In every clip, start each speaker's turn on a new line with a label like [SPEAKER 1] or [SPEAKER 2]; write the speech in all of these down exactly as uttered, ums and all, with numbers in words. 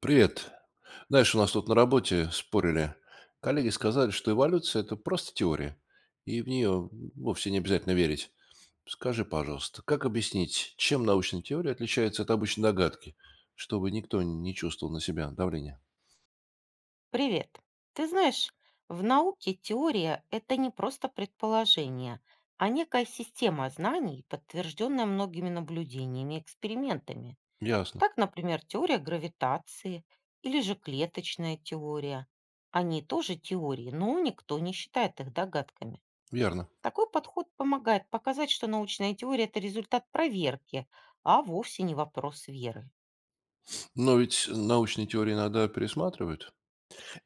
[SPEAKER 1] Привет. Знаешь, у нас тут на работе спорили. Коллеги сказали, что эволюция– это просто теория, и в нее вовсе не обязательно верить. Скажи, пожалуйста, как объяснить, чем научная теория отличается от обычной догадки, чтобы никто не чувствовал на себя давления?
[SPEAKER 2] Привет. Ты знаешь, в науке теория– это не просто предположение, а некая система знаний, подтвержденная многими наблюдениями и экспериментами.
[SPEAKER 1] Ясно.
[SPEAKER 2] Так, например, теория гравитации или же клеточная теория. Они тоже теории, но никто не считает их догадками.
[SPEAKER 1] Верно.
[SPEAKER 2] Такой подход помогает показать, что научная теория– это результат проверки, а вовсе не вопрос веры.
[SPEAKER 1] Но ведь научные теории иногда пересматривают.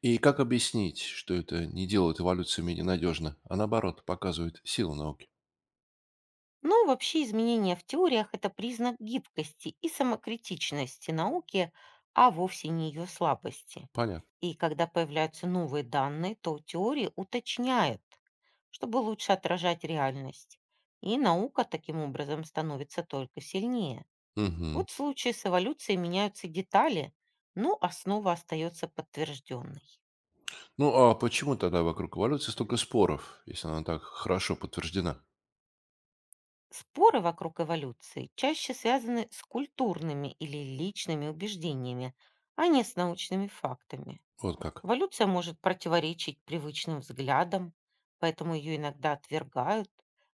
[SPEAKER 1] И как объяснить, что это не делает эволюцию менее надежно, а наоборот, показывает силу науки?
[SPEAKER 2] Но вообще изменения в теориях– это признак гибкости и самокритичности науки, а вовсе не ее слабости.
[SPEAKER 1] Понятно.
[SPEAKER 2] И когда появляются новые данные, то теории уточняют, чтобы лучше отражать реальность. И наука таким образом становится только сильнее.
[SPEAKER 1] Угу.
[SPEAKER 2] Вот в случае с эволюцией меняются детали, но основа остается подтвержденной.
[SPEAKER 1] Ну, а почему тогда вокруг эволюции столько споров, если она так хорошо подтверждена?
[SPEAKER 2] Споры вокруг эволюции чаще связаны с культурными или личными убеждениями, а не с научными фактами.
[SPEAKER 1] Вот как.
[SPEAKER 2] Эволюция может противоречить привычным взглядам, поэтому ее иногда отвергают,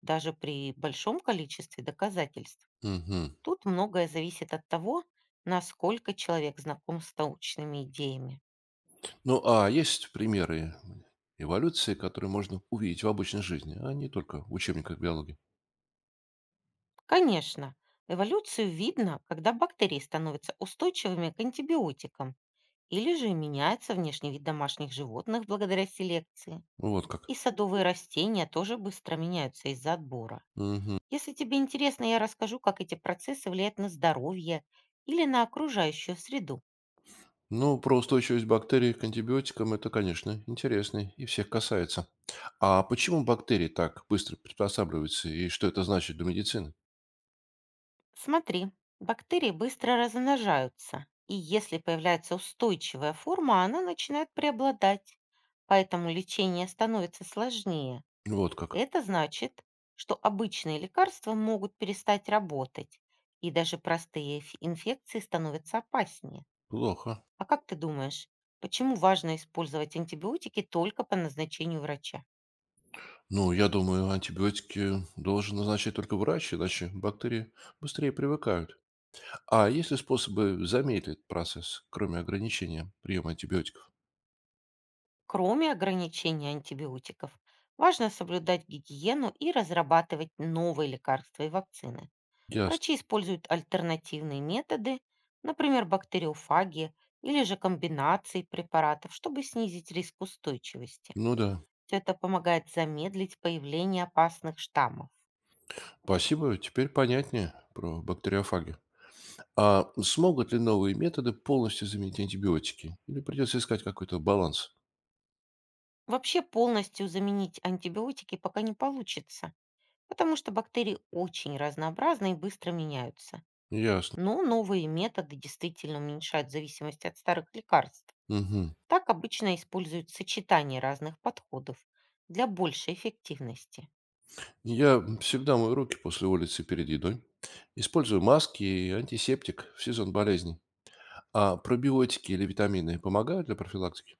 [SPEAKER 2] даже при большом количестве доказательств.
[SPEAKER 1] Мгм.
[SPEAKER 2] Тут многое зависит от того, насколько человек знаком с научными идеями.
[SPEAKER 1] Ну, а есть примеры эволюции, которые можно увидеть в обычной жизни, а не только в учебниках биологии?
[SPEAKER 2] Конечно, эволюцию видно, когда бактерии становятся устойчивыми к антибиотикам. Или же меняется внешний вид домашних животных благодаря селекции.
[SPEAKER 1] Вот
[SPEAKER 2] И
[SPEAKER 1] как.
[SPEAKER 2] садовые растения тоже быстро меняются из-за отбора.
[SPEAKER 1] Мгм.
[SPEAKER 2] Если тебе интересно, я расскажу, как эти процессы влияют на здоровье или на окружающую среду.
[SPEAKER 1] Ну, про устойчивость бактерий к антибиотикам это, конечно, интересно и всех касается. А почему бактерии так быстро приспосабливаются и что это значит для медицины?
[SPEAKER 2] Смотри, бактерии быстро размножаются, и если появляется устойчивая форма, она начинает преобладать. Поэтому лечение становится сложнее.
[SPEAKER 1] Вот как.
[SPEAKER 2] Это значит, что обычные лекарства могут перестать работать, и даже простые эф- инфекции становятся опаснее.
[SPEAKER 1] Плохо.
[SPEAKER 2] А как ты думаешь, почему важно использовать антибиотики только по назначению врача?
[SPEAKER 1] Ну, я думаю, антибиотики должен назначать только врач, иначе бактерии быстрее привыкают. А есть ли способы замедлить процесс, кроме ограничения приема антибиотиков?
[SPEAKER 2] Кроме ограничения антибиотиков, важно соблюдать гигиену и разрабатывать новые лекарства и вакцины.
[SPEAKER 1] Ясно.
[SPEAKER 2] Врачи используют альтернативные методы, например, бактериофаги или же комбинации препаратов, чтобы снизить риск устойчивости.
[SPEAKER 1] Ну да.
[SPEAKER 2] Всё это помогает замедлить появление опасных штаммов.
[SPEAKER 1] Спасибо, теперь понятнее про бактериофаги. А смогут ли новые методы полностью заменить антибиотики? Или придется искать какой-то баланс?
[SPEAKER 2] Вообще полностью заменить антибиотики пока не получится, потому что бактерии очень разнообразны и быстро меняются.
[SPEAKER 1] Ясно.
[SPEAKER 2] Но новые методы действительно уменьшают зависимость от старых лекарств.
[SPEAKER 1] Мгм.
[SPEAKER 2] Так обычно используют сочетание разных подходов для большей эффективности.
[SPEAKER 1] Я всегда мою руки после улицы перед едой. Использую маски и антисептик в сезон болезней. А пробиотики или витамины помогают для профилактики?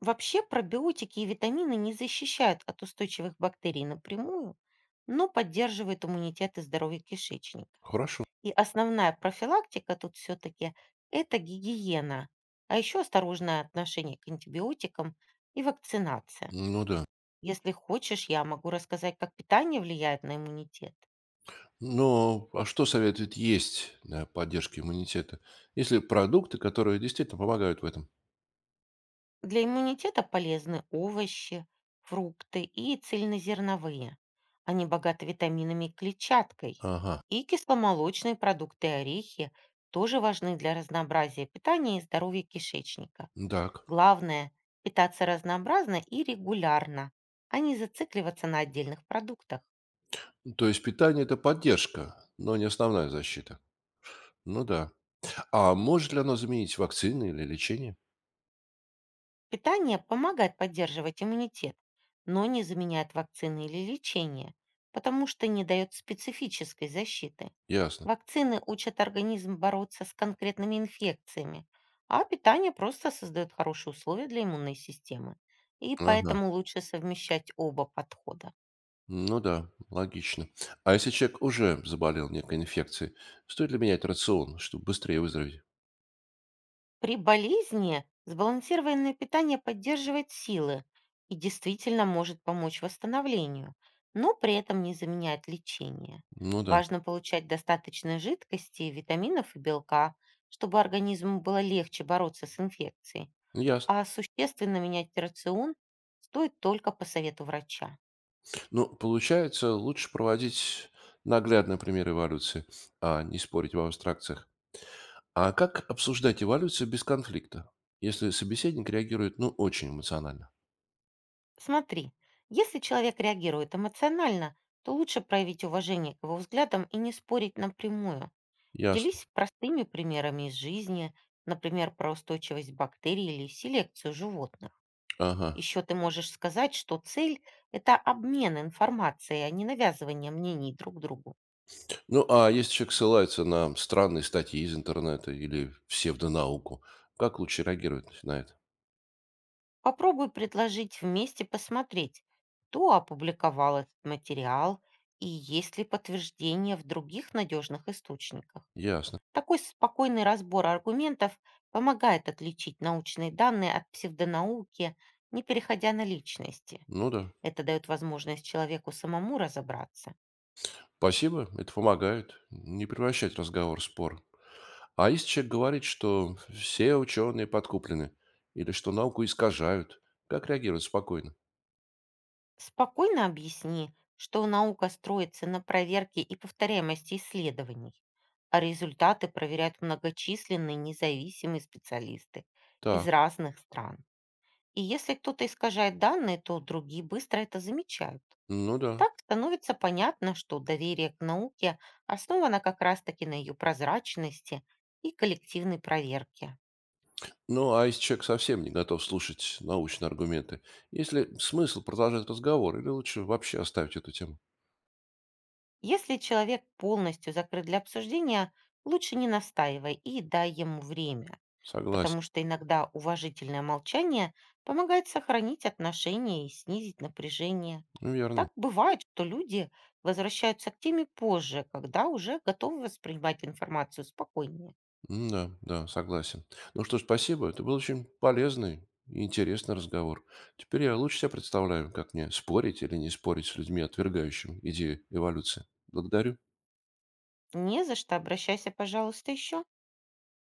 [SPEAKER 2] Вообще пробиотики и витамины не защищают от устойчивых бактерий напрямую, но поддерживают иммунитет и здоровье кишечника.
[SPEAKER 1] Хорошо.
[SPEAKER 2] И основная профилактика тут все-таки– это гигиена, а еще осторожное отношение к антибиотикам и вакцинация.
[SPEAKER 1] Ну да.
[SPEAKER 2] Если хочешь, я могу рассказать, как питание влияет на иммунитет.
[SPEAKER 1] Но а что советует есть для поддержки иммунитета? Если продукты, которые действительно помогают в этом?
[SPEAKER 2] Для иммунитета полезны овощи, фрукты и цельнозерновые. Они богаты витаминами и клетчаткой.
[SPEAKER 1] Ага.
[SPEAKER 2] И кисломолочные продукты и орехи тоже важны для разнообразия питания и здоровья кишечника.
[SPEAKER 1] Так.
[SPEAKER 2] Главное– питаться разнообразно и регулярно, а не зацикливаться на отдельных продуктах.
[SPEAKER 1] То есть питание– это поддержка, но не основная защита. Ну да. А может ли оно заменить вакцины или лечение?
[SPEAKER 2] Питание помогает поддерживать иммунитет, но не заменяет вакцины или лечение, потому что не дает специфической защиты.
[SPEAKER 1] Ясно.
[SPEAKER 2] Вакцины учат организм бороться с конкретными инфекциями, а питание просто создает хорошие условия для иммунной системы. И
[SPEAKER 1] Ага.
[SPEAKER 2] поэтому лучше совмещать оба подхода.
[SPEAKER 1] Ну да, логично. А если человек уже заболел некой инфекцией, стоит ли менять рацион, чтобы быстрее выздороветь?
[SPEAKER 2] При болезни сбалансированное питание поддерживает силы и действительно может помочь восстановлению, но при этом не заменяет лечение.
[SPEAKER 1] Ну да.
[SPEAKER 2] Важно получать достаточно жидкости, витаминов и белка, чтобы организму было легче бороться с инфекцией,
[SPEAKER 1] Ясно.
[SPEAKER 2] а существенно менять рацион стоит только по совету врача.
[SPEAKER 1] Ну, получается, лучше проводить наглядные примеры эволюции, а не спорить в абстракциях. А как обсуждать эволюцию без конфликта, если собеседник реагирует, ну, очень эмоционально?
[SPEAKER 2] Смотри, если человек реагирует эмоционально, то лучше проявить уважение к его взглядам и не спорить напрямую.
[SPEAKER 1] Ясно.
[SPEAKER 2] Делись простыми примерами из жизни, например, про устойчивость бактерий или селекцию животных.
[SPEAKER 1] Ага.
[SPEAKER 2] Еще ты можешь сказать, что цель– это обмен информацией, а не навязывание мнений друг другу.
[SPEAKER 1] Ну, а если человек ссылается на странные статьи из интернета или псевдонауку, как лучше реагировать на это?
[SPEAKER 2] Попробуй предложить вместе посмотреть, кто опубликовал этот материал и есть ли подтверждение в других надежных источниках.
[SPEAKER 1] Ясно.
[SPEAKER 2] Такой спокойный разбор аргументов помогает отличить научные данные от псевдонауки, не переходя на личности.
[SPEAKER 1] Ну да.
[SPEAKER 2] Это дает возможность человеку самому разобраться.
[SPEAKER 1] Спасибо, это помогает не превращать разговор в спор. А если человек говорит, что все ученые подкуплены или что науку искажают, как реагировать спокойно?
[SPEAKER 2] Спокойно объясни, что наука строится на проверке и повторяемости исследований, а результаты проверяют многочисленные независимые специалисты из
[SPEAKER 1] Так,
[SPEAKER 2] разных стран. И если кто-то искажает данные, то другие быстро это замечают.
[SPEAKER 1] ну да.
[SPEAKER 2] Так становится понятно, что доверие к науке основано как раз-таки на ее прозрачности и коллективной проверке.
[SPEAKER 1] Ну, а если человек совсем не готов слушать научные аргументы, есть ли смысл продолжать разговор или лучше вообще оставить эту тему?
[SPEAKER 2] Если человек полностью закрыт для обсуждения, лучше не настаивай и дай ему время,
[SPEAKER 1] Согласен.
[SPEAKER 2] потому что иногда уважительное молчание помогает сохранить отношения и снизить напряжение.
[SPEAKER 1] Ну, верно.
[SPEAKER 2] Так бывает, что люди возвращаются к теме позже, когда уже готовы воспринимать информацию спокойнее.
[SPEAKER 1] М, Да, да, согласен. Ну что ж, спасибо. Это был очень полезный и интересный разговор. Теперь я лучше себя представляю, как мне спорить или не спорить с людьми, отвергающими идею эволюции. Благодарю.
[SPEAKER 2] Не за что, обращайся, пожалуйста, еще.